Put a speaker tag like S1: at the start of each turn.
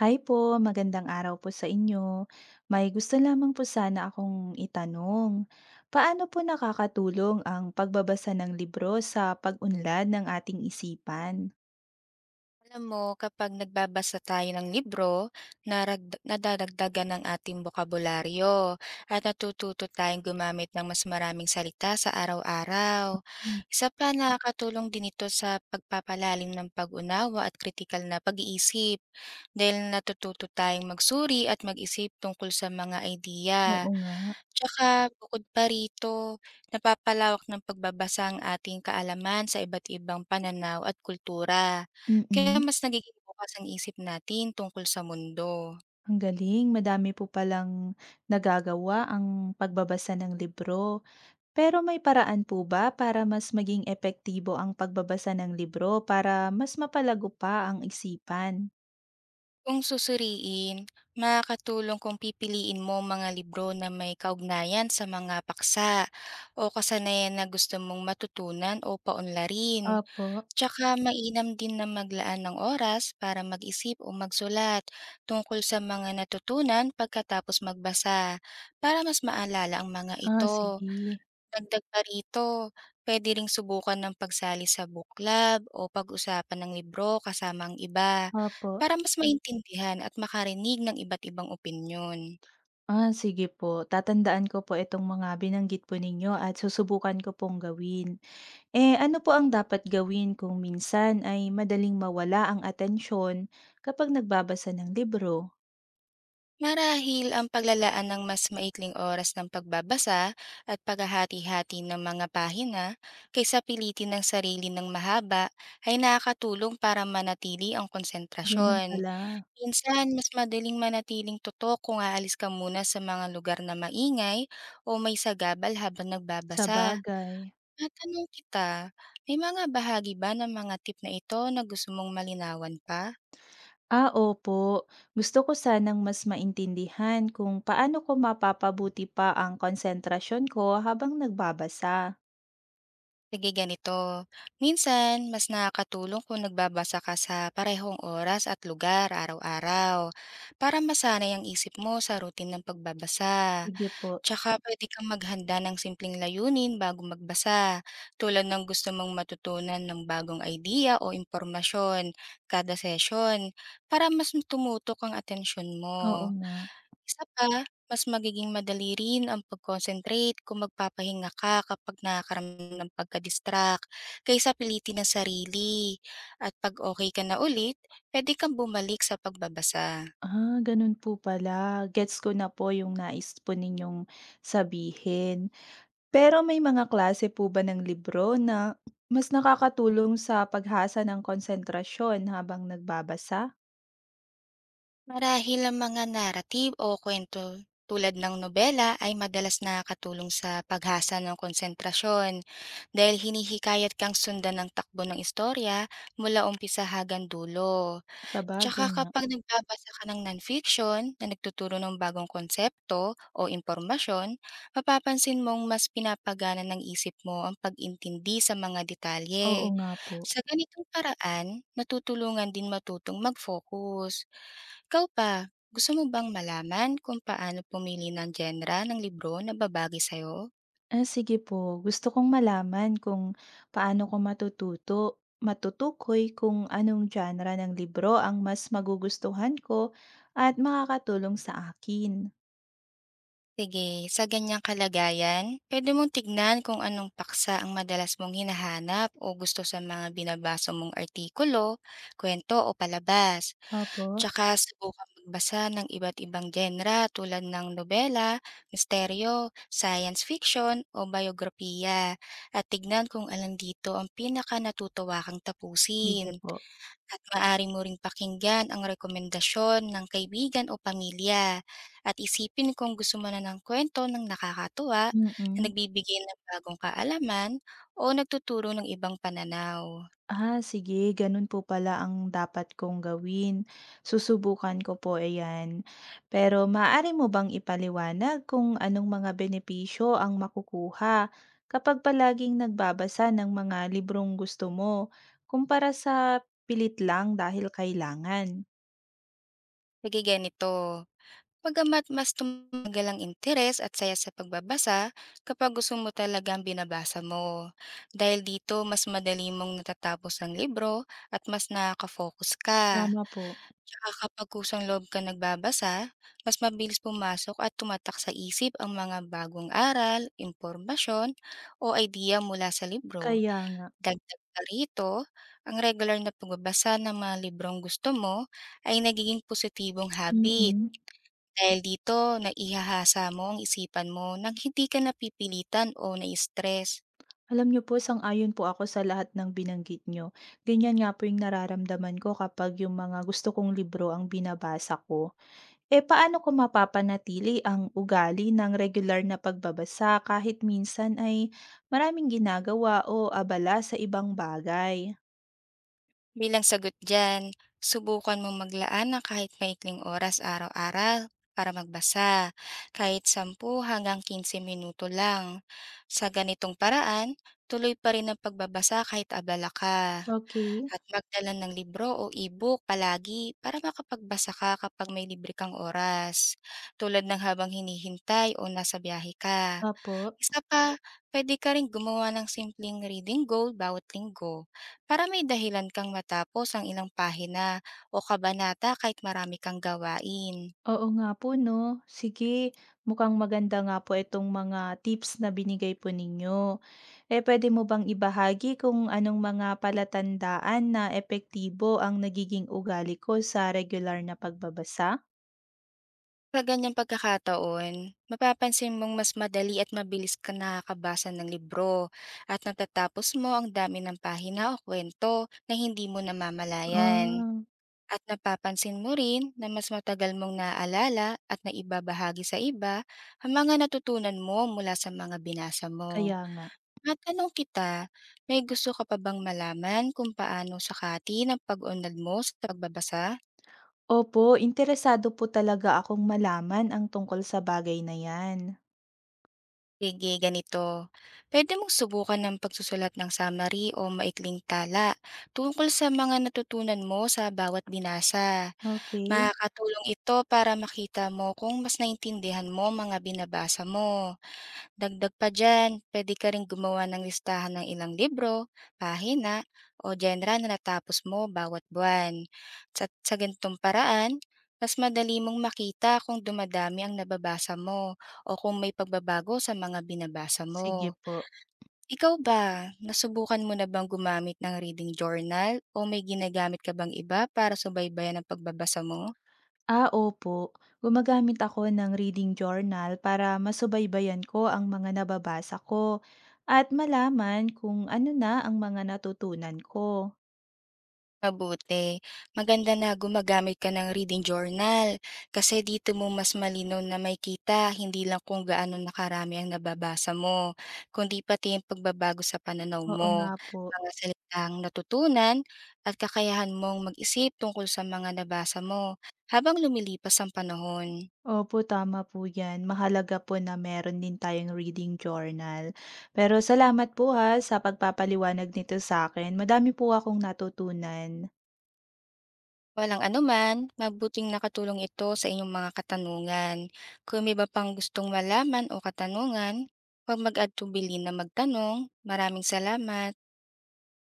S1: Hi po, magandang araw po sa inyo. May gusto lamang po sana akong itanong. Paano po nakakatulong ang pagbabasa ng libro sa pag-unlad ng ating isipan?
S2: Alam mo, kapag nagbabasa tayo ng libro, nadadagdagan ng ating bokabularyo at natututo tayong gumamit ng mas maraming salita sa araw-araw.
S1: Mm.
S2: Isa pa, nakakatulong din ito sa pagpapalalim ng pag-unawa at kritikal na pag-iisip dahil natututo tayong magsuri at mag-isip tungkol sa mga ideya.
S1: Oo nga.
S2: Tsaka bukod pa rito, napapalawak ng pagbabasa ang ating kaalaman sa iba't ibang pananaw at kultura. Kaya
S1: Mm-mm.
S2: mas nagiging bukas ang isip natin tungkol sa mundo.
S1: Ang galing, madami po palang nagagawa ang pagbabasa ng libro. Pero may paraan po ba para mas maging epektibo ang pagbabasa ng libro para mas mapalago pa ang isipan?
S2: Kung susuriin, makakatulong kung pipiliin mo mga libro na may kaugnayan sa mga paksa o kasanayan na gusto mong matutunan o paunlarin.
S1: Opo.
S2: Tsaka mainam din na maglaan ng oras para mag-isip o magsulat tungkol sa mga natutunan pagkatapos magbasa, para mas maalala ang mga
S1: Ah,
S2: ito.
S1: sige.
S2: Dagdag pa rito, puwede ring subukan ng pagsali sa book club o pag-usapan ng libro kasama ang iba,
S1: Opo.
S2: para mas maintindihan at makarinig ng iba't ibang opinyon.
S1: Ah, sige po. Tatandaan ko po itong mga binanggit po ninyo at susubukan ko pong gawin. Eh, ano po ang dapat gawin kung minsan ay madaling mawala ang atensyon kapag nagbabasa ng libro?
S2: Marahil ang paglalaan ng mas maikling oras ng pagbabasa at paghahati-hati ng mga pahina kaysa pilitin ng sarili ng mahaba ay nakakatulong para manatili ang
S1: Ganun
S2: konsentrasyon.
S1: pala.
S2: Minsan, mas madaling manatiling tutok kung aalis ka muna sa mga lugar na maingay o may sagabal habang
S1: Sa
S2: nagbabasa.
S1: bagay.
S2: Matanong kita, may mga bahagi ba ng mga tip na ito na gusto mong malinawan pa?
S1: Ah, opo. Gusto ko sanang mas maintindihan kung paano ko mapapabuti pa ang konsentrasyon ko habang nagbabasa.
S2: Sige, ganito. Minsan mas nakakatulong kung nagbabasa ka sa parehong oras at lugar araw-araw para masanay ang isip mo sa routine ng pagbabasa.
S1: Sige po.
S2: Tsaka puwede kang maghanda ng simpleng layunin bago magbasa, tulad ng gusto mong matutunan ng bagong idea o impormasyon kada session, para mas tumutok ang atensyon
S1: Oo
S2: mo.
S1: nga.
S2: Isa pa, mas magiging madali rin ang pag-concentrate kung magpapahinga ka kapag nakakaramdam ng pagka-distract kaysa pilitin ang sarili. At 'pag okey ka na ulit, pwede kang bumalik sa pagbabasa.
S1: Ah, ganun po pala. Gets ko na po yung nais po ninyong sabihin. Pero may mga klase po ba ng libro na mas nakakatulong sa paghasa ng konsentrasyon habang nagbabasa?
S2: Marahil ang mga narrative o kwento tulad ng nobela ay madalas nakakatulong sa paghasa ng konsentrasyon dahil hinihikayat kang sundan ng takbo ng istorya mula umpisa hanggang dulo.
S1: Sa
S2: Tsaka
S1: bagay nga.
S2: kapag nagbabasa ka ng nonfiction na nagtuturo ng bagong konsepto o impormasyon, mapapansin mong mas pinapagana ng isip mo ang pag-intindi sa mga
S1: Oo
S2: detalye.
S1: nga po.
S2: Sa ganitong paraan, natutulungan din matutong mag-focus. Ikaw ba, gusto mo bang malaman kung paano pumili ng genre ng libro na babagay sa'yo?
S1: Ah, sige po. Gusto kong malaman kung paano ko matutukoy kung anong genre ng libro ang mas magugustuhan ko at makakatulong sa akin.
S2: Sige, sa ganyang kalagayan, pwede mong tignan kung anong paksa ang madalas mong hinahanap o gusto sa mga binabasa mong artikulo, kwento o palabas.
S1: Opo.
S2: Tsaka subukan magbasa ng iba't ibang genre tulad ng nobela, misteryo, science fiction o biografiya, at tignan kung alam dito ang pinaka natutuwa kang
S1: Sige
S2: tapusin.
S1: po.
S2: At maaari mo ring pakinggan ang rekomendasyon ng kaibigan o pamilya at isipin kung gusto mo na ng kwento ng nakakatuwa na
S1: Mm-mm.
S2: nagbibigay ng bagong kaalaman o nagtuturo ng ibang pananaw.
S1: Ah, sige, ganun po pala ang dapat kong gawin. Susubukan ko po iyan. Pero maaari mo bang ipaliwanag kung anong mga benepisyo ang makukuha kapag palaging nagbabasa ng mga librong gusto mo kumpara sa pilit lang dahil kailangan?
S2: Sige, ganito. Pagamat mas tumagal ang interes at saya sa pagbabasa kapag gusto mo talagang binabasa mo. Dahil dito, mas madali mong natatapos ang libro at mas nakaka-focus ka.
S1: Tama po.
S2: Tsaka kapag kusang-loob ka nagbabasa, mas mabilis pumasok at tumatak sa isip ang mga bagong aral, impormasyon, o idea mula sa libro.
S1: Kaya nga.
S2: Dagdag pa rito, ang regular na pagbabasa ng mga librong gusto mo ay nagiging positibong habit.
S1: Mm.
S2: Dahil dito, naihahasa mo ang isipan mo nang hindi ka napipilitan o na-stress.
S1: Alam niyo po, sang-ayon po ako sa lahat ng binanggit niyo. Ganyan nga po yung nararamdaman ko kapag yung mga gusto kong libro ang binabasa ko. Eh, paano ko mapapanatili ang ugali ng regular na pagbabasa kahit minsan ay maraming ginagawa o abala sa ibang bagay?
S2: Bilang sagot dyan, subukan mong maglaan ng kahit maikling oras araw-araw para magbasa, kahit 10 hanggang 15 minuto lang. Sa ganitong paraan, tuloy pa rin ang pagbabasa kahit abala ka.
S1: Okay.
S2: At magdala ng libro o e-book palagi para makapagbasa ka kapag may libre kang oras, tulad ng habang hinihintay o nasa biyahe ka.
S1: Opo.
S2: Isa pa, pwede ka ring gumawa ng simpleng reading goal bawat linggo para may dahilan kang matapos ang ilang pahina o kabanata kahit marami kang gawain.
S1: Oo nga po, no? Sige, mukhang maganda nga po itong mga tips na binigay po ninyo. Eh, pwede mo bang ibahagi kung anong mga palatandaan na epektibo ang nagiging ugali ko sa regular na pagbabasa?
S2: Sa ganyang pagkakataon, mapapansin mong mas madali at mabilis ka nakakabasa ng libro at natatapos mo ang dami ng pahina o kwento na hindi mo namamalayan.
S1: Ah,
S2: At napapansin mo rin na mas matagal mong naaalala at naibabahagi sa iba ang mga natutunan mo mula sa mga binasa mo.
S1: kaya nga.
S2: Matanong kita, may gusto ka pa bang malaman kung paano sakati ng pag-unlad mo sa pagbabasa?
S1: Opo, interesado po talaga akong malaman ang tungkol sa bagay na 'yan.
S2: Sige, ganito. Pwede mong subukan ng pagsusulat ng summary o maikling tala tungkol sa mga natutunan mo sa bawat binasa.
S1: Okay.
S2: Makakatulong ito para makita mo kung mas naintindihan mo mga binabasa mo. Dagdag pa dyan, pwede ka ring gumawa ng listahan ng ilang libro, pahina, o genre na natapos mo bawat buwan. Sa ganitong paraan, mas madali mong makita kung dumadami ang nababasa mo o kung may pagbabago sa mga binabasa
S1: Sige
S2: mo.
S1: po.
S2: Ikaw ba, nasubukan mo na bang gumamit ng reading journal o may ginagamit ka bang iba para subaybayan ang pagbabasa mo?
S1: Ah, opo. Gumagamit ako ng reading journal para masubaybayan ko ang mga nababasa ko at malaman kung ano na ang mga natutunan ko.
S2: Mabuti. Maganda na gumagamit ka ng reading journal kasi dito mo mas malinaw na makikita hindi lang kung gaano nakarami ang nababasa mo, kundi pati yung pagbabago sa pananaw
S1: Oo
S2: mo,
S1: nga po.
S2: mga salitang natutunan at kakayahan mong mag-isip tungkol sa mga nabasa mo habang lumilipas ang panahon.
S1: Opo, tama po 'yan. Mahalaga po na meron din tayong reading journal. Pero salamat po, ha, sa pagpapaliwanag nito sa akin. Madami po akong natutunan.
S2: Walang anuman, mabuting nakatulong ito sa inyong mga katanungan. Kung may iba pang gustong malaman o katanungan, huwag mag-add to bilin na magtanong. Maraming salamat.